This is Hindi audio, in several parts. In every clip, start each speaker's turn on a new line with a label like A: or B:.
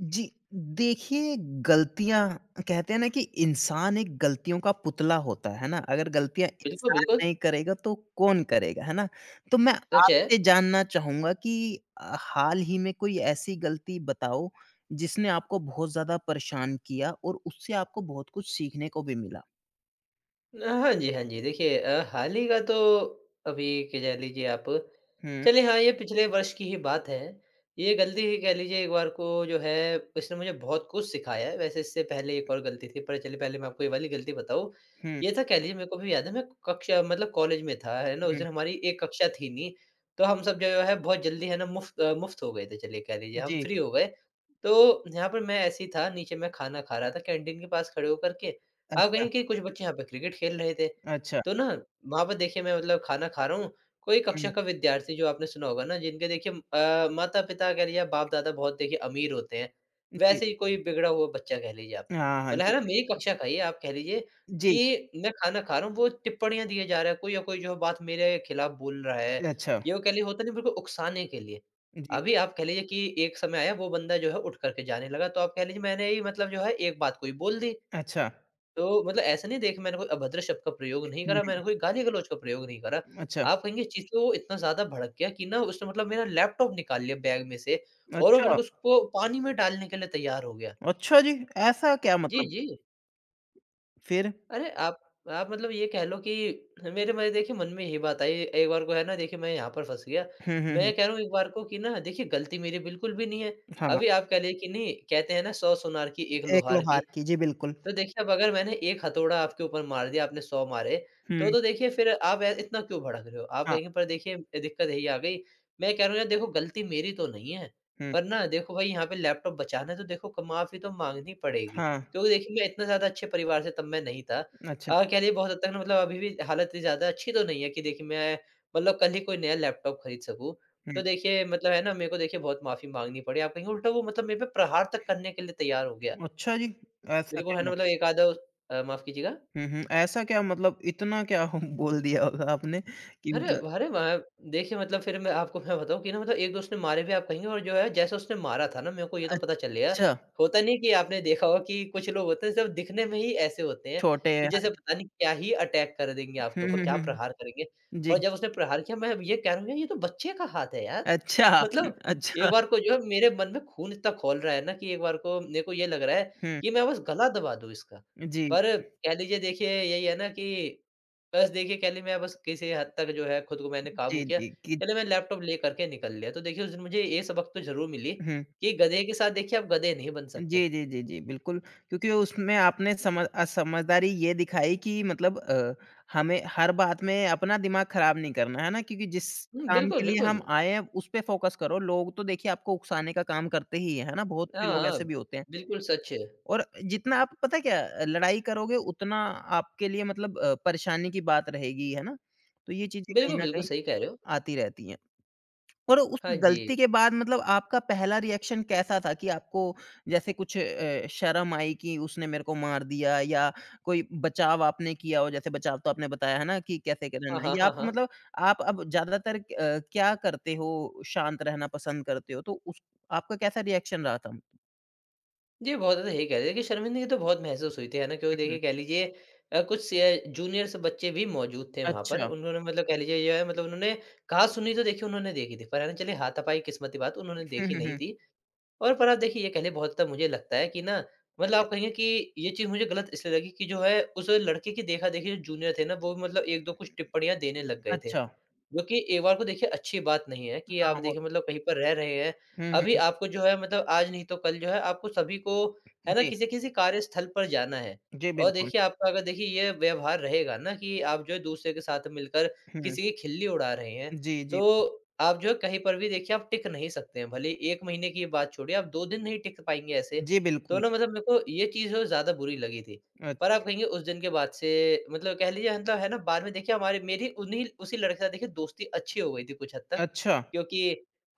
A: जी, देखिए गलतियाँ कहते हैं ना कि इंसान एक गलतियों का पुतला होता है ना? अगर गलतियाँ
B: बिल्कुल,
A: इंसान
B: बिल्कुल,
A: नहीं करेगा तो कौन करेगा, है ना? तो मैं
B: सच है।
A: आपसे जानना चाहूँगा कि हाल ही में कोई ऐसी गलती बताओ जिसने आपको बहुत ज़्यादा परेशान किया और उससे आपको बहुत कुछ सीखने को भी मिला?
B: हाँ जी, हाँ जी। देखिए हाल ही का तो अभी के कह जा लीजिए आप।
A: हुँ,
B: चलिए हाँ, ये पिछले वर्ष की ही बात है। ये गलती ही कह लीजिए, एक बार को जो है इसने मुझे बहुत कुछ सिखाया है। वैसे इससे पहले एक और गलती थी, पर चलिए पहले मैं आपको ये वाली गलती बताऊँ।
A: हुँ,
B: ये था कह लीजिए, मेरे को भी याद है मैं कक्षा मतलब कॉलेज में था, है ना? उस
A: हुँ।
B: दिन हमारी एक कक्षा थी नहीं, तो हम सब जो है बहुत जल्दी है ना मुफ्त हो गए थे। चलिए कह लीजिए, हम
A: जी,
B: फ्री हो गए। तो यहाँ पर मैं ऐसे ही था, नीचे मैं खाना खा रहा था कैंटीन के पास खड़े होकर के। अब
A: अच्छा,
B: कहीं के कुछ बच्चे यहाँ पे क्रिकेट खेल रहे थे,
A: अच्छा।
B: तो ना वहाँ पर देखिए मैं मतलब खाना खा रहा हूँ। कोई
A: हुँ,
B: कक्षा का विद्यार्थी, जो आपने सुना होगा ना, जिनके देखिए माता-पिता कह लीजिए या बाप-दादा बहुत देखिए अमीर होते हैं,
A: जी।
B: वैसे ही कोई बिगड़ा हुआ बच्चा कह लीजिए आप।
A: हाँ, हाँ।
B: मतलब है
A: जी,
B: ना मेरी कक्षा का ही आप कह लीजिए
A: जी,
B: कि मैं खाना खा रहा हूँ, वो टिप्पणियाँ दिए जा रहा है, कोई या कोई जो बात मेरे खिलाफ बोल रहा है।
A: अच्छा।
B: ये वो कह लीजिए होता नहीं, बिल्कुल उकसाने के लिए।
A: जी,
B: अभी आप कह लीजिए कि एक समय आया वो बंदा जो है उठ कर के जाने लगा, तो आप कह लीजिए मैंने ही मतलब जो है एक बात कोई बोल दी।
A: अच्छा।
B: तो मतलब ऐसा नहीं, देखिए मैंने कोई अभद्र शब्द का प्रयोग नहीं
A: हुँ,
B: करा,
A: हुँ।
B: मैंने कोई गाली-गलौज का प्रयोग नहीं करा।
A: अच्छा,
B: आप कहेंगे इस चीज़ पे वो इतना ज़्यादा भड़क गया कि ना उसने मतलब मेरा लैपटॉप निकाल लिया बैग में से, और वो
A: अच्छा।
B: बिल्कुल उसको पानी में डालने के लिए तैयार हो गया।
A: अच्छा जी! ऐसा क्या
B: जी,
A: मतलब?
B: जी।
A: फिर?
B: अरे आप मतलब ये कह लो कि मेरे मैं देखिए मन में यही बात आई, एक बार को है ना देखिए मैं यहाँ पर फँस गया।
A: हुँ, हुँ, हुँ।
B: मैं कह रहा हूँ एक बार को कि ना देखिए गलती मेरी बिल्कुल भी नहीं है।
A: हाँ।
B: अभी आप कह लिए कि नहीं, कहते हैं ना 100 सोनार की एक
A: एक
B: लोहार की।
A: लोहार की, जी बिल्कुल।
B: तो देखिए अब अगर मैंने 1 हथौड़ा आपके ऊपर मार दिया, आपने 100 मारे, तो
A: हुँ,
B: तो देखिए फिर आप ए इतना क्यों भड़क रहे हो? आप
A: हाँ,
B: कहेंगे पर देखिए ए दिक्कत यही आ गई, मैं कह रहा हूँ यार देखो गलती मेरी तो नहीं है,
A: हुँ,
B: पर ना देखो भाई यहाँ पे लैपटॉप बचाना है तो देखो क माफ़ी तो माँगनी पड़ेगी।
A: हाँ।
B: क्योंकि देखिए मैं इतना ज़्यादा अच्छे परिवार से तब मैं नहीं था।
A: अच्छा,
B: कह लिए बहुत हद तक ना, मतलब अभी भी हालत इतनी ज़्यादा अच्छी तो नहीं है कि देखिए मैं मतलब कल ही कोई नया लैपटॉप खरीद सकूँ।
A: हुँ।
B: तो देखिए मतलब है ना मेरे को देखिए बहुत माफ़ी माँगनी पड़ी। आप कहेंगे उल्टा वो मतलब मेरे पे प्रहार तक करने के लिए तैयार हो गया।
A: अच्छा जी! ऐसा
B: बिल्कुल,
A: क्या
B: है ना मतलब
A: मतलब?
B: एक आधा, माफ़ कीजिएगा।
A: हुँ, हुँ। ऐसा क्या मतलब इतना क्या बोल दिया होगा आपने कि
B: अरे!
A: मतलब
B: अरे! मैं देखिए मतलब फिर मैं आपको मैं बताऊँ कि ना, मतलब एक-दो उसने मारे भी। आप कहेंगे, और जो है जैसे उसने मारा था ना, मेरे को ये तो पता चल गया।
A: अच्छा,
B: होता नहीं कि आपने देखा होगा कि कुछ लोग होते हैं सिर्फ़ दिखने में ही ऐसे होते हैं,
A: छोटे
B: कि जैसे
A: हैं।
B: पता नहीं क्या ही अटैक कर देंगे
A: हुँ,
B: आपके ऊपर,
A: हुँ,
B: क्या प्रहार
A: हुँ।
B: करेंगे। पर
A: जी।
B: जब उसने प्रहार किया, मैं ये कह रहा हूँ यार, ये तो बच्चे का हाथ है यार।
A: अच्छा,
B: मतलब
A: अच्छा।
B: एक बार को जो है मेरे मन में खून इतना खौल रहा है ना कि एक बार को मेरे को ये लग रहा है
A: हुँ।
B: कि मैं बस गला दबा दूँ इसका।
A: जी,
B: पर कह लीजिए, देखिए यही है ना कि बस देखिए कह लें, मैं बस किसी हद तक जो है खुद को मैंने काबू
A: जी,
B: किया।
A: जी। कि
B: कह लें मैं लैपटॉप ले कर के निकल लिया। तो देखिए उस दिन मुझे ये सबक तो ज़रूर मिली
A: हुँ।
B: कि गधे के साथ देखिए आप गधे नहीं बन सकते।
A: जी, जी, जी, जी, बिल्कुल, क्योंकि उसमें आपने समझ समझदारी ये दिखाई कि मतलब हमें हर बात में अपना दिमाग खराब नहीं करना, है ना? क्योंकि जिस
B: हुँ,
A: काम
B: बिल्कुल,
A: के लिए हम
B: बिल्कुल।
A: आए हैं, उस पे फ़ोकस करो। लोग तो देखिए आपको उकसाने का काम करते ही हैं, है ना? बहुत से
B: हाँ,
A: लोग
B: हाँ।
A: ऐसे भी होते हैं
B: बिल्कुल सच है।
A: और जितना आप पता है क्या लड़ाई करोगे, उतना आपके लिए मतलब परेशानी की बात रहेगी, है ना? तो ये चीज़ें कहीं
B: बिल्कुल,
A: न
B: बिल्कुल
A: कहीं
B: सही कह रहे हो।
A: आती रहती हैं। और उस
B: हाँ जी।
A: गलती के बाद मतलब आपका पहला रिएक्शन कैसा था कि आपको जैसे कुछ शर्म आई कि उसने मेरे को मार दिया या कोई बचाव आपने किया हो जैसे बचाव तो आपने बताया है ना कि कैसे करना
B: हाँ,
A: है
B: हाँ,
A: या
B: हाँ,
A: आप
B: हाँ।
A: मतलब आप अब ज़्यादातर क्या करते हो शांत रहना पसंद करते हो तो उस आपका कैसा रिएक्शन रहा था?
B: जी, बहुत ज़्यादा यही कह रहे थे कि शर्मिंदगी तो बहुत महसूस हुई थी, है ना? क्योंकि
A: हुँ, हुँ।
B: देखिए कह लीजिए, कुछ जूनियर से जूनियर्स बच्चे भी मौजूद थे वहाँ पर।
A: अच्छा।
B: उन्होंने मतलब कह लीजिए जो है, मतलब उन्होंने कहा-सुनी तो देखिए उन्होंने देखी थी। पर है ना चलिए, हाथापाई किस्मत की बात उन्होंने
A: हुँ,
B: देखी
A: हुँ,
B: नहीं
A: हुँ।
B: थी। और पर आप देखिए ये कहने बहुत तब मुझे लगता है कि ना, मतलब
A: अच्छा,
B: आप कहेंगे कि ये चीज़ मुझे गलत इसलिए लगी कि जो है उस लड़के की देखा-देखी, जो जूनियर थे ना, वो मतलब 1-2 कुछ टिप्पणियाँ देने लग गए थे।
A: अच्छा।
B: जो कि एक बार को देखिए अच्छी बात नहीं है कि आप
A: हाँ, वो
B: देखिए मतलब कहीं पर रह रहे हैं।
A: हुँ, हुँ,
B: अभी
A: हुँ।
B: आपको जो है, मतलब आज नहीं तो कल, जो है आपको सभी को है ना
A: जी,
B: किसी-किसी कार्यस्थल पर जाना है।
A: जी
B: और
A: बिल्कुल।
B: देखिए आपका अगर देखिए ये व्यवहार रहेगा ना कि आप जो है दूसरे के साथ मिलकर
A: हुँ।
B: किसी की खिल्ली उड़ा रहे हैं,
A: जी, जी।
B: तो आप जो है कहीं पर भी देखिए आप टिक नहीं सकते हैं। भले ही 1 महीने की बात छोड़िए, आप 2 दिन नहीं टिक पाएँगे ऐसे।
A: जी
B: तो
A: बिल्कुल।
B: ना, मतलब मेरे को ये चीज़ जो है ज़्यादा बुरी लगी थी।
A: अच
B: पर आप कहेंगे उस दिन के बाद से, मतलब कह लीजिए मतलब है ना, बाद में देखिए हमारे मेरी उन्हीं उसी लड़के के साथ देखिए दोस्ती अच्छी हो गई थी कुछ हद तक।
A: अच्छा।
B: क्योंकि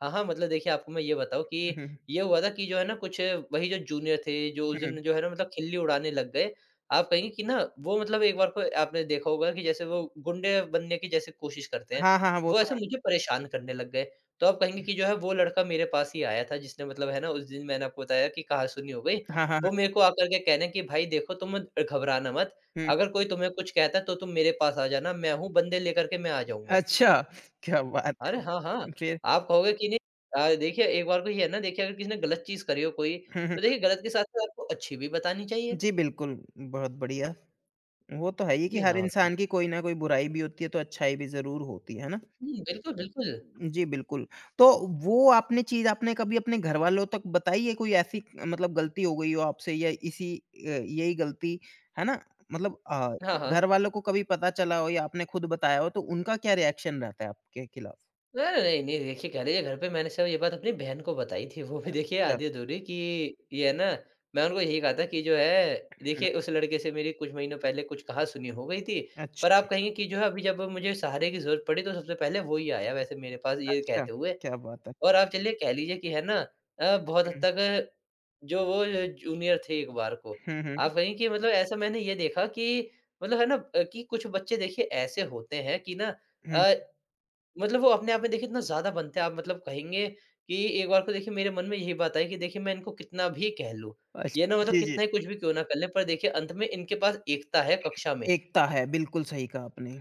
B: हाँ, हाँ, मतलब देखिए आपको मैं ये बताऊँ
A: हुँ,
B: कि
A: हुँ,
B: ये हुआ था कि जो है ना, कुछ वही जो जूनियर थे, जो उस
A: हुँ।
B: दिन जो है ना, मतलब खिल्ली उड़ाने लग गए। आप कहेंगे कि ना, वो मतलब एक बार को आपने देखा होगा कि जैसे वो गुंडे बनने की जैसे कोशिश करते हैं,
A: हाँ, हाँ, हाँ, वो
B: वो
A: तो
B: ऐसे
A: है।
B: मुझे परेशान करने लग गए। तो आप कहेंगे कि जो है वो लड़का मेरे पास ही आया था, जिसने मतलब है ना उस दिन मैंने आपको बताया कि कहा-सुनी हो गई।
A: हाँ, हाँ,
B: वो
A: हाँ।
B: मेरे को आकर के कहने कि भाई देखो तुम घबराना मत,
A: हुँ,
B: अगर कोई तुम्हें कुछ कहता है तो तुम मेरे पास आ जाना, मैं हूँ बंदे लेकर के मैं आ जाऊँगा।
A: अच्छा, क्या बात
B: अरे!
A: है!
B: हाँ, हाँ।
A: फिर?
B: आप कहोगे कि नहीं देखिए, एक बार को ये है ना देखिए अगर किसी ने गलत चीज़ करी हो कोई,
A: हुँ, हुँ।
B: तो देखिए गलत के साथ-साथ आपको अच्छी भी बतानी चाहिए।
A: जी, बिल्कुल, बहुत बढ़िया। वो तो है ही कि
B: जी
A: हर
B: हाँ।
A: इंसान की कोई ना कोई बुराई भी होती है, तो अच्छाई भी ज़रूर होती है ना?
B: हुँ, बिल्कुल, बिल्कुल।
A: जी, बिल्कुल। तो वो आपने चीज़ आपने कभी अपने घरवालों तक बताई है, कोई ऐसी मतलब गलती हो गई हो आपसे या इसी यही गलती, है ना? मतलब
B: हाँ, हाँ।
A: घरवालों को कभी पता चला हो या आपने खुद बताया हो, तो उनका क्या रिएक्शन रहता है आपके खिलाफ?
B: अरे! नहीं, नहीं, देखिए कह रही है घर पे, मैंने सब ये बात अपनी बहन को बताई थी, वो भी देखिए
A: अच्छा,
B: आधी-अधूरी कि ये है ना, मैं उनको यही कहा था कि जो है,
A: हुँ,
B: देखिए उस लड़के से मेरी कुछ महीनों पहले कुछ कहा-सुनी हो गई थी। पर
A: अच्छा,
B: आप कहेंगे कि जो है अभी जब मुझे सहारे की ज़रूरत पड़ी, तो सबसे पहले वो ही आया वैसे मेरे पास ये
A: अच्छा,
B: कहते हुए।
A: क्या बात है!
B: और आप चलिए कह लीजिए कि है ना, बहुत हद
A: हुँ,
B: तक जो वो जूनियर थे एक बार को।
A: हुँ, हुँ,
B: आप कहेंगे कि मतलब ऐसा मैंने ये देखा कि मतलब है ना, कि कुछ बच्चे देखिए ऐसे होते हैं कि ना,
A: हुँ।
B: अ मतलब वो अपने आप में देखिए इतना ज़्यादा बनते हैं, आप मतलब कहेंगे कि एक बार को देखिए मेरे मन में यही बात आई कि देखिए मैं इनको कितना भी कह लूँ,
A: अच्छा,
B: ये ना, मतलब
A: जी, जी।
B: कितना ही कुछ भी क्यों ना कर लें, पर देखिए अंत में इनके पास एकता है कक्षा में।
A: एकता है, बिल्कुल सही कहा आपने।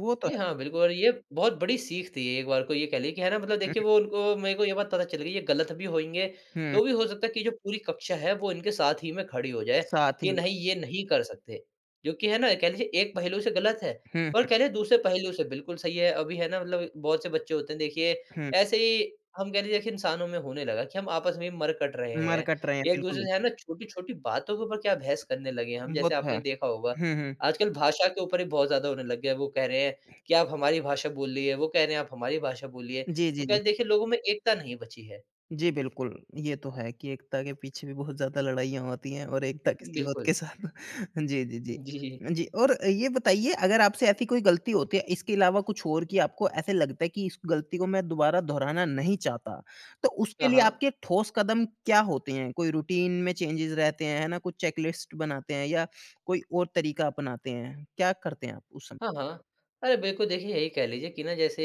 A: वो तो
B: जी,
A: है।
B: हाँ, बिल्कुल। और ये बहुत बड़ी सीख थी, एक बार को ये कह लिए कि है ना, मतलब
A: हुँ,
B: देखिए वो, उनको मेरे को ये बात पता चल गई ये गलत भी होंगे,
A: हुँ, हुँ,
B: तो भी हो सकता है कि जो पूरी कक्षा है वो इनके साथ ही में खड़ी हो जाए,
A: साथ ही
B: कि
A: मिलकर
B: नहीं, ये नहीं कर सकते। जो कि है ना कह लीजिए एक पहलू से गलत है,
A: हुँ,
B: पर
A: हुँ,
B: कह लें दूसरे पहलू से बिल्कुल सही है। अभी है ना मतलब बहुत से बच्चे होते हैं देखिए
A: हुँ,
B: ऐसे ही, हम कह लीजिए कि इंसानों में होने लगा कि हम आपस में मर कट रहे हैं।
A: मरकट रहे हैं,
B: एक-दूसरे
A: बिल्कुल,
B: से है ना छोटी-छोटी बातों के ऊपर क्या बहस करने लगे हैं हम,
A: वो
B: जैसे
A: तो है।
B: आपने देखा होगा
A: हुँ, हुँ।
B: आजकल भाषा के ऊपर ही बहुत ज़्यादा होने लग गया है। वो कह रहे हैं कि आप हमारी भाषा बोलिए, वो कह रहे हैं आप हमारी भाषा बोलिए।
A: जी,
B: तो
A: जी,
B: क्या
A: जी।
B: है, देखिए लोगों में एकता नहीं बची है।
A: जी, बिल्कुल। ये तो है कि एकता के पीछे भी बहुत ज़्यादा लड़ाइयाँ होती हैं और एकता किसी और के
B: बिल्कुल।
A: साथ जी, जी, जी।
B: जी।
A: जी, और ये बताइए अगर आपसे ऐसी कोई गलती होती है, इसके अलावा कुछ और कि आपको ऐसे लगता है कि इस गलती को मैं दोबारा दोहराना नहीं चाहता, तो उसके
B: हाँ,
A: लिए
B: हाँ।
A: आपके ठोस कदम क्या होते हैं? कोई रूटीन में चेंजेज़ रहते हैं, है ना? कुछ चेकलिस्ट बनाते हैं या कोई और तरीका अपनाते हैं? क्या करते हैं आप उस समय?
B: हाँ, हाँ। अरे बिल्कुल, देखिए यही कह लीजिए कि ना, जैसे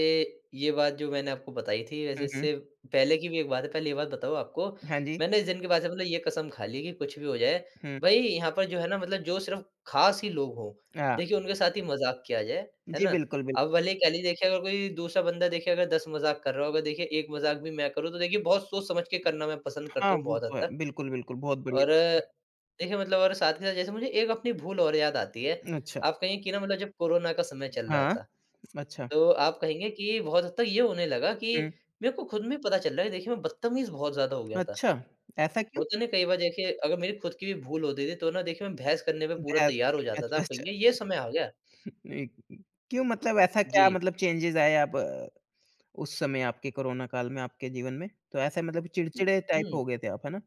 B: ये बात जो मैंने आपको बताई थी,
A: हुँ,
B: वैसे
A: हुँ।
B: इससे पहले की भी एक बात है। पहले ये बात बताओ आपको।
A: हाँ जी।
B: मैंने इस दिन के बाद से मतलब ये कसम खा ली कि कुछ भी हो जाए
A: हुँ।
B: भई, यहाँ पर जो है ना, मतलब जो सिर्फ़ ख़ास ही लोग हों,
A: हाँ।
B: देखिए उनके साथ ही मज़ाक किया जाए, है
A: जी,
B: ना?
A: बिल्कुल, बिल्कुल।
B: अब भले ही कह लीजिए देखिए अगर कोई दूसरा बंदा देखिए अगर 10 मज़ाक कर रहा होगा देखिए 1 मज़ाक भी मैं करूँ तो देखिए बहुत सोच समझ के करना मैं पसंद
A: हाँ,
B: करता हूँ
A: वो
B: बहुत हद
A: तो है।
B: तक।
A: बिल्कुल, बिल्कुल। बहुत
B: और
A: बढ़िया। बात।
B: देखिए मतलब और साथ के साथ जैसे मुझे एक अपनी भूल और याद आती है।
A: अच्छा।
B: आप कहेंगे कि ना मतलब जब कोरोना का समय चल रहा
A: हाँ,
B: था,
A: अच्छा।
B: तो आप कहेंगे कि बहुत हद तक ये होने लगा कि
A: हुँ,
B: मेरे को खुद में पता चल रहा है। देखिए मैं बदतमीज़ बहुत ज़्यादा हो गया था।
A: अच्छा, ऐसा क्यों?
B: होता है ना कई बार, देखिए अगर मेरी खुद की भी भूल होती थी तो ना देखिए मैं बहस करने पे पूरा
A: भैंस में,
B: तैयार हो जाता था।
A: अच्छा,
B: आप
A: अच्छा।
B: कहेंगे ये समय आ गया।
A: नहीं, क्यों मतलब ऐसा क्या
B: जी।
A: मतलब चेंजेज़ आए आप उस समय आपके कोरोना काल में आपके जीवन में? तो ऐसे मतलब चिड़चिड़े टाइप
B: हुँ।
A: हो गए थे आप, है ना?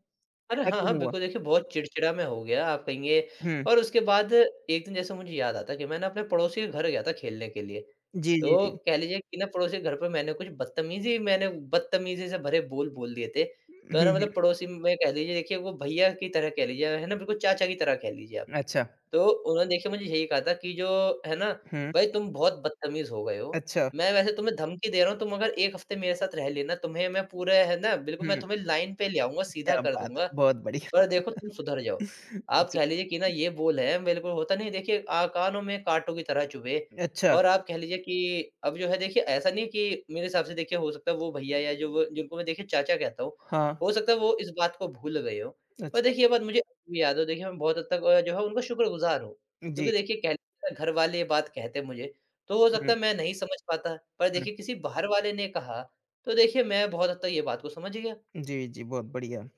B: अरे!
A: ऐसा
B: हाँ, हाँ,
A: क्यों हुआ?
B: बिल्कुल देखिए बहुत चिड़चिड़ा मैं हो गया, आप कहेंगे।
A: हुँ,
B: और उसके बाद एक दिन जैसे मुझे याद आता है कि मैं ना अपने पड़ोसी के घर गया था खेलने के लिए।
A: जी, जी,
B: तो
A: जी।
B: कह लीजिए कि ना पड़ोसी के घर पे मैंने बदतमीज़ी से भरे बोल बोल दिए थे। तो है
A: हुँ,
B: ना मतलब
A: हुँ,
B: पड़ोसी में कह लीजिए देखिए वो भैया की तरह कह लीजिए, है ना, बिल्कुल चाचा की तरह कह लीजिए आप।
A: अच्छा।
B: तो उन्होंने देखिए मुझे यही कहा था कि जो है ना,
A: हुँ,
B: भाई तुम बहुत बदतमीज़ हो गए हो।
A: अच्छा।
B: मैं वैसे तुम्हें धमकी दे रहा हूँ, तुम अगर 1 हफ्ते मेरे साथ रह लेना, तुम्हें मैं पूरे, है ना, बिल्कुल मैं
A: हुँ,
B: तुम्हें लाइन पे ले आऊँगा, सीधा
A: क्या
B: कर
A: बात है,
B: दूँगा।
A: बहुत बढ़िया।
B: पर देखो तुम सुधर जाओ। आप
A: अच्छा,
B: कह लीजिए कि ना ये बोल है बिल्कुल होता नहीं है, देखिए कानों में काँटों की तरह चुभे।
A: अच्छा,
B: और आप कह लीजिए कि अब जो है देखिए ऐसा नहीं है कि मेरे हिसाब से, देखिए हो सकता है वो भैया या जो वो जिनको मैं देखिए चाचा कहता हूँ,
A: हाँ,
B: हो सकता है वो इस बात को भूल गए हों। पर
A: अच्छा,
B: देखिए ये बात मुझे अब भी याद है। देखिए मैं बहुत हद तक जो है उनका शुक्रगुज़ार हूँ।
A: जी।
B: क्योंकि देखिए कह लीजिए घर वाले ये बात कहते मुझे, तो हो सकता
A: हुँ,
B: है मैं नहीं समझ पाता। पर
A: हुँ,
B: देखिए किसी बाहर वाले ने कहा, तो देखिए मैं बहुत हद तक ये बात को समझ गया।
A: जी, जी, बहुत बढ़िया,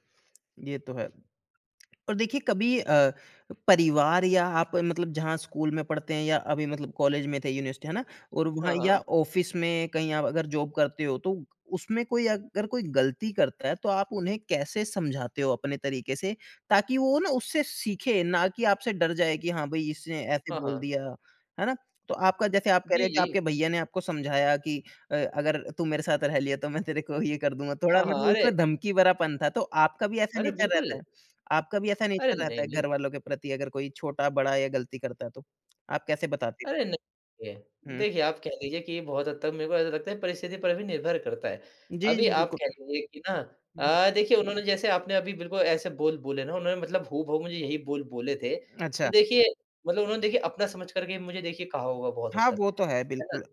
A: ये तो है। और देखिए कभी परिवार या आप मतलब जहाँ स्कूल में पढ़ते हैं या अभी मतलब कॉलेज में थे यूनिवर्सिटी है ना? और वहाँ
B: हाँ,
A: या
B: हाँ।
A: ऑफ़िस में कहीं आप अगर जॉब करते हो तो उसमें कोई अगर कोई गलती करता है तो आप उन्हें कैसे समझाते हो अपने तरीके से ताकि वो ना उससे सीखे ना कि आपसे डर जाए कि हाँ भाई इसने ऐसे
B: हाँ,
A: बोल
B: हाँ।
A: दिया, है ना? तो आपका जैसे आप कह रहे
B: जी,
A: हो कि
B: जी।
A: आपके भैया ने आपको समझाया कि अगर तू मेरे साथ रह लिया तो मैं तेरे को ये कर दूँगा। थोड़ा
B: हाँ,
A: मतलब
B: हाँ। अरे!
A: उसमें धमकी भरापन था, तो आपका भी ऐसा
B: अरे
A: नेचर रहता
B: बिल्कुल।
A: है? आपका भी ऐसा
B: अरे
A: नेचर रहता
B: नहीं,
A: है
B: नहीं।
A: घरवालों के प्रति अगर कोई छोटा, बड़ा या गलती करता है तो? आप कैसे बताते
B: अरे
A: हो?
B: नहीं, देखिए
A: हुँ।
B: देखिए आप कह लीजिए कि बहुत हद तक मेरे को ऐसा लगता है, परिस्थिति पर भी निर्भर करता है।
A: जी,
B: अभी
A: जी,
B: आप कह
A: बिल्कुल।
B: लीजिए कि ना
A: हुँ, हुँ।
B: देखिए उन्होंने, जैसे आपने अभी बिल्कुल ऐसे बोल बोले ना, उन्होंने मतलब हूबहू मुझे यही बोल बोले थे। तो
A: अच्छा।
B: देखिए मतलब उन्होंने देखिए अपना समझ कर के मुझे देखिए कहा होगा बहुत हद
A: हाँ,
B: तक,
A: वो तो है
B: है ना?
A: बिल्कुल।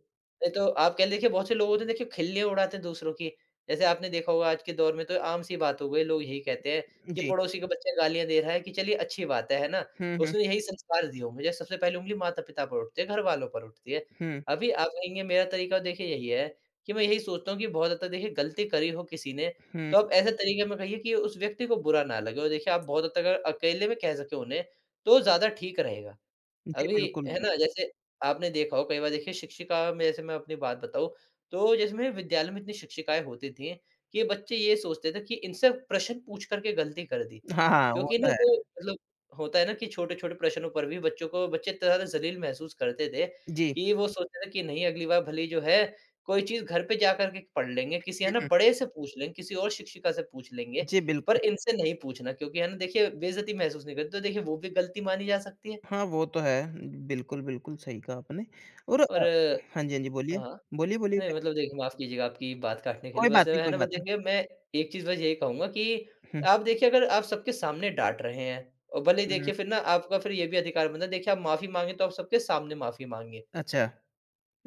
B: नहीं तो आप कह, देखिए बहुत से लोग होते हैं, देखिए खिल्ली उड़ाते हैं दूसरों की। जैसे आपने देखा होगा आज के दौर में तो आम-सी बात हो गई, लोग यही कहते हैं कि
A: जी।
B: पड़ोसी का बच्चा गालियाँ दे रहा है कि चलिए अच्छी बात है ना?
A: हुँ, हुँ,
B: उसने यही संस्कार दिए होंगे। जैसे सबसे पहली उंगली माता-पिता पर उठती है, घरवालों पर उठती है।
A: हुँ,
B: अभी आप कहेंगे मेरा तरीका देखिए यही है कि मैं यही सोचता हूँ कि बहुत हद तक देखिए गलती करी हो किसी ने
A: हुँ।
B: तो आप ऐसे तरीके में कहिए कि उस व्यक्ति को बुरा ना लगे, और देखिए आप बहुत हद तक अगर अकेले में कह सके उन्हें तो ज़्यादा ठीक रहेगा।
A: जी,
B: अभी
A: बिल्कुल।
B: है ना, जैसे आपने देखा हो कई बार, देखिए शिक्षिका में जैसे मैं अपनी बात बताऊँ, तो जैसे मेरे विद्यालय में इतनी शिक्षिकाएँ होती थीं कि बच्चे ये सोचते थे कि इनसे प्रश्न पूछ कर के गलती कर दी।
A: हाँ, हाँ, वो
B: क्योंकि ना
A: तो है।
B: वो मतलब, होता है ना कि छोटे-छोटे प्रश्नों पर भी बच्चों को, बच्चे इतना ज़्यादा ज़लील महसूस करते थे,
A: जी।
B: कि वो सोचते थे कि नहीं, अगली बार भले ही जो है, कोई चीज़ घर पे जा कर के पढ़ लेंगे, किसी
A: हुँ,
B: है ना
A: हुँ।
B: बड़े से पूछ लेंगे, किसी और शिक्षिका से पूछ लेंगे,
A: जी,
B: पर
A: बिल्कुल।
B: इनसे नहीं पूछना क्योंकि है ना देखिए बेइज़्ज़ती महसूस नहीं करते, तो देखिए वो भी गलती मानी जा सकती है।
A: हाँ, वो तो है। बिल्कुल, बिल्कुल सही कहा आपने और
B: और
A: हाँ जी, हाँ जी, बोलिए।
B: हाँ, हाँ।
A: बोलिए, बोलिए
B: नहीं
A: क्या
B: मतलब देखिए माफ़ कीजिएगा आपकी बात काटने के
A: कोई
B: लिए,
A: बात
B: बस
A: नहीं,
B: है
A: कोई
B: ना, बस
A: बात नहीं।
B: देखिए मैं एक चीज़ बस यही कहूँगा कि
A: हुँ,
B: आप देखिए अगर आप सबके सामने डाँट रहे हैं, और भले ही
A: हुँ।
B: देखिए फिर ना आपका फिर ये भी अधिकार बनता है, देखिए आप माफ़ी माँगे तो आप सबके सामने माफ़ी माँगिए।
A: अच्छा।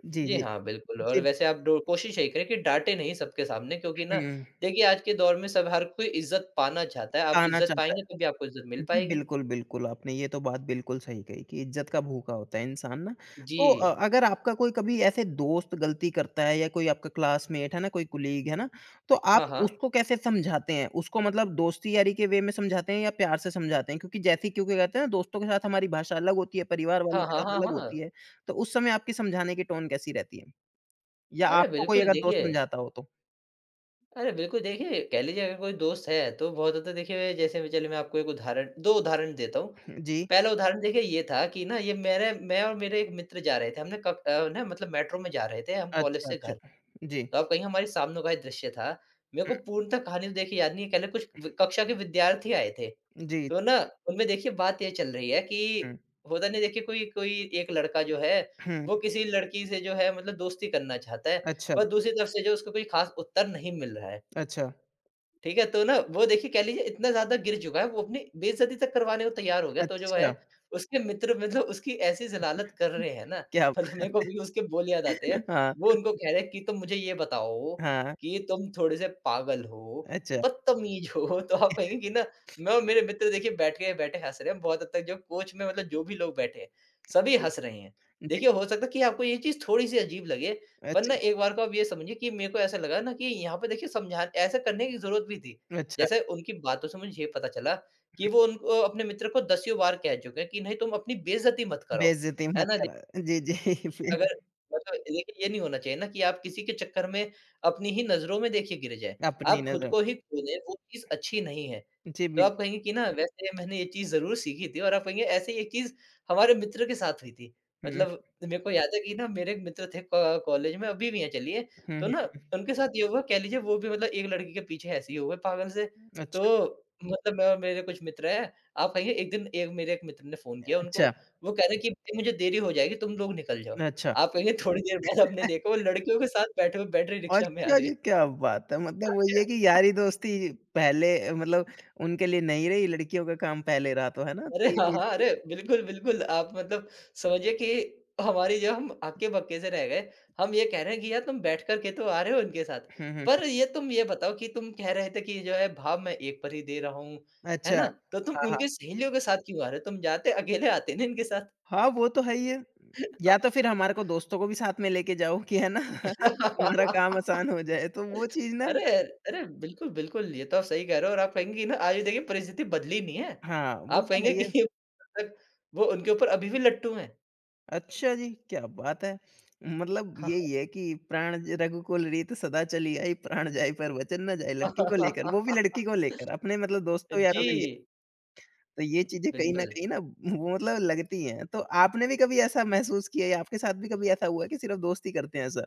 A: जी,
B: जी
A: जी।
B: हाँ, बिल्कुल। और
A: जी,
B: वैसे आप डो कोशिश यही करें कि डाँटे नहीं सबके सामने, क्योंकि ना
A: हुँ।
B: देखिए आज के दौर में सब, हर कोई इज़्ज़त पाना चाहता है, आप
A: कहना
B: इज़्ज़त
A: चाहता
B: पाएँगे तभी आपको इज़्ज़त मिल
A: जी,
B: पाएगी।
A: बिल्कुल, बिल्कुल, आपने ये तो बात बिल्कुल सही कही कि इज़्ज़त का भूखा होता है इंसान ना।
B: जी।
A: तो अगर आपका कोई कभी ऐसे दोस्त गलती करता है या कोई आपका क्लासमेट है ना, कोई कोलीग है ना, तो आप
B: हाँ, हाँ।
A: उसको कैसे समझाते हैं? उसको मतलब दोस्ती-यारी के वे में समझाते हैं या प्यार से समझाते हैं? क्योंकि कहते हैं ना दोस्तों के साथ हमारी भाषा अलग होती है, परिवार वालों
B: हाँ,
A: के
B: हाँ,
A: साथ
B: हाँ,
A: अलग
B: हाँ।
A: होती है। तो उस समय आपकी समझाने की टोन कैसी रहती है? या
B: अरे
A: आपको कोई
B: बिल्कुल
A: अगर दोस्त
B: देखिए,
A: समझाता हो तो?
B: अरे बिल्कुल, देखिए कह लीजिए अगर कोई दोस्त है तो बहुत ज़्यादा, देखिए जैसे मैं, चलिए मैं आपको एक उदाहरण, 2 उदाहरण देता हूँ।
A: जी।
B: पहला उदाहरण देखिए ये था कि ना, ये मेरे, मैं और मेरे एक मित्र जा रहे थे। हमने कब ना मतलब मेट्रो में जा रहे थे हम कॉलेज
A: अच्छा,
B: से
A: अच्छा।
B: घर।
A: जी।
B: तो आप कहिए हमारे सामने का ही दृश्य था। मेरे
A: हुँ,
B: को पूर्णतः कहानी तो देखिए याद नहीं है, कह लें कुछ व कक्षा के विद्यार्थी आए थे।
A: जी,
B: तो ना उनमें देखिए बात ये चल रही है
A: हुँ,
B: कि होता नहीं देखिए, कोई कोई एक लड़का जो है
A: हुँ।
B: वो किसी लड़की से, जो है मतलब दोस्ती करना चाहता है।
A: अच्छा,
B: पर दूसरी तरफ से जो, उसको कोई ख़ास उत्तर नहीं मिल रहा है।
A: अच्छा।
B: ठीक है, तो ना वो, देखिए कह लीजिए इतना ज़्यादा गिर चुका है, वो अपनी बेइज़्ज़ती तक करवाने को तैयार हो गया, तो जो
A: अच्छा,
B: है उसके मित्र, मतलब उसकी ऐसी ज़लालत कर रहे हैं ना,
A: क्या
B: मतलब मेरे को अभी उसके बोल याद आते हैं।
A: हाँ,
B: वो उनको कह रहे हैं कि तुम मुझे ये बताओ
A: हाँ,
B: कि तुम थोड़े-से पागल हो,
A: अच्छा।
B: बदतमीज़ हो, तो आप कहेंगे कि ना, मैं और मेरे मित्र देखिए बैठ के बैठे हँस रहे हैं, बहुत हद तक जो कोच में मतलब जो भी लोग बैठे हैं, सभी
A: जी।
B: हँस रहे हैं।
A: जी,
B: देखिए हो सकता है कि आपको ये चीज़ थोड़ी-सी अजीब लगे, पर ना
A: अच्छा,
B: एक बार को आप ये समझिए कि मेरे को ऐसा लगा ना कि यहाँ पे देखिए, समझा, ऐसा करने की ज़रूरत भी थी।
A: अच्छा।
B: जैसे उनकी बातों से मुझे ये पता चला कि
A: हुँ,
B: वो उनको, अपने मित्र को दसियों बार कह चुके हैं कि नहीं, तुम अपनी बेइज़्ज़ती मत कराओ।
A: बेइज़्ज़ती
B: है
A: मत
B: ना?
A: करा जी, जी, फिर
B: अगर, मतलब देखिए ये नहीं होना चाहिए ना कि आप किसी के चक्कर में अपनी ही नज़रों में देखिए गिर जाएँ।
A: अपनी
B: आप खुद
A: नज़र
B: को ही खो दें, वो चीज़ अच्छी नहीं है।
A: जी,
B: तो
A: बिल्कुल।
B: आप कहेंगे कि ना वैसे मैंने ये चीज़ ज़रूर सीखी थी, और आप कहेंगे ऐसे ही एक चीज़ हमारे मित्र के साथ हुई थी।
A: हुँ,
B: मतलब मेरे को याद है कि ना मेरे एक मित्र थे, क कॉलेज में अभी भी हैं चलिए।
A: हुँ,
B: तो
A: हुँ।
B: ना उनके साथ ये हुआ, कह लीजिए वो भी मतलब एक लड़की के पीछे ऐसे ही हो गए पागल से।
A: अच्छा,
B: तो मतलब मैं और मेरे कुछ मित्र हैं, आप कहेंगे एक दिन एक मेरे एक मित्र ने फ़ोन किया उनको,
A: अच्छा,
B: वो कह रहे हैं कि भाई मुझे देरी हो जाएगी, तुम लोग निकल जाओ।
A: अच्छा।
B: आप कहेंगे थोड़ी देर बाद आपने देखा वो लड़कियों के साथ बैठे हुए बैटरी रिक्शा में आ
A: अच्छा
B: रहे हैं।
A: जी, क्या बात है! मतलब वही
B: अरे!
A: है कि यारी-दोस्ती पहले मतलब उनके लिए नहीं रही, लड़कियों का काम पहले रहा तो, है ना?
B: अरे
A: तो ये
B: हाँ, हाँ,
A: चीज़
B: अरे! बिल्कुल, बिल्कुल। आप मतलब समझिए कि हमारी जो, हम हक्के-बक्के से रह गए। हम ये कह रहे हैं कि यार तुम बैठ कर के तो आ रहे हो इनके साथ।
A: हुँ, हुँ।
B: पर ये, तुम ये बताओ कि तुम कह रहे थे कि जो है भाव मैं एक पर ही दे रहा हूँ, है
A: अच्छा।
B: ना? तो तुम
A: हाँ, हाँ।
B: उनके सहेलियों के साथ क्यों आ रहे हो? तुम जाते अकेले, आते ना इनके
A: हाँ, वो तो है ही है। या
B: साथ।
A: तो फिर हमारे को दोस्तों को भी साथ में लेके जाओ कि है ना तुम्हारा काम आसान हो जाए, तो वो चीज़ ना
B: अरे! अरे! बिल्कुल, बिल्कुल, ये तो आप सही कह रहे हो, और आप कहेंगे कि ना आज भी देखिए परिस्थिति बदली नहीं है।
A: हाँ, वो
B: आप
A: तो है
B: कहेंगे
A: ही
B: कि
A: है।
B: ये तक, वो उनके ऊपर अभी भी लट्टू हैं।
A: अच्छा जी, क्या बात है! मतलब यही है कि प्राण ज रघुकुल रीत सदा चली आई, प्राण जाए पर वचन ना जाए, लड़की को लेकर, वो भी लड़की को लेकर, अपने मतलब दोस्तों यारों
B: जी,
A: के लिए। तो ये चीज़ें कहीं न
B: बिल्कुल।
A: कहीं ना वो मतलब लगती हैं। तो आपने भी कभी ऐसा महसूस किया या आपके साथ भी कभी ऐसा हुआ है कि सिर्फ़ दोस्त ही करते हैं ऐसा?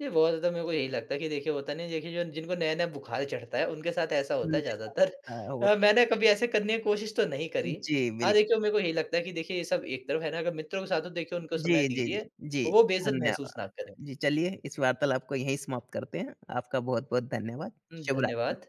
B: ये बहुत ज़्यादा मेरे को यही लगता है कि देखिए होता नहीं है देखिए, जो जिनको नया-नया बुखार चढ़ता है उनके साथ ऐसा होता है
A: उनके साथ
B: ज़्यादातर।
A: है, हाँ, वो
B: मैंने कभी ऐसे करने की कोशिश तो नहीं करी।
A: जी,
B: हाँ,
A: बिल्कुल।
B: देखिए मेरे को यही लगता है कि देखिए ये सब एक तरफ है ना, अगर मित्रों के साथ हो देखिए उनको समय
A: जी, जी, जी,
B: दीजिए,
A: जी,
B: वो बेइज़्ज़त महसूस
A: धन्यवाद।
B: ना करें।
A: जी, चलिए इस वार्तालाप को यहीं समाप्त करते हैं। आपका बहुत-बहुत धन्यवाद।
B: हुँ,
A: शुभ रात्रि।
B: धन्यवाद।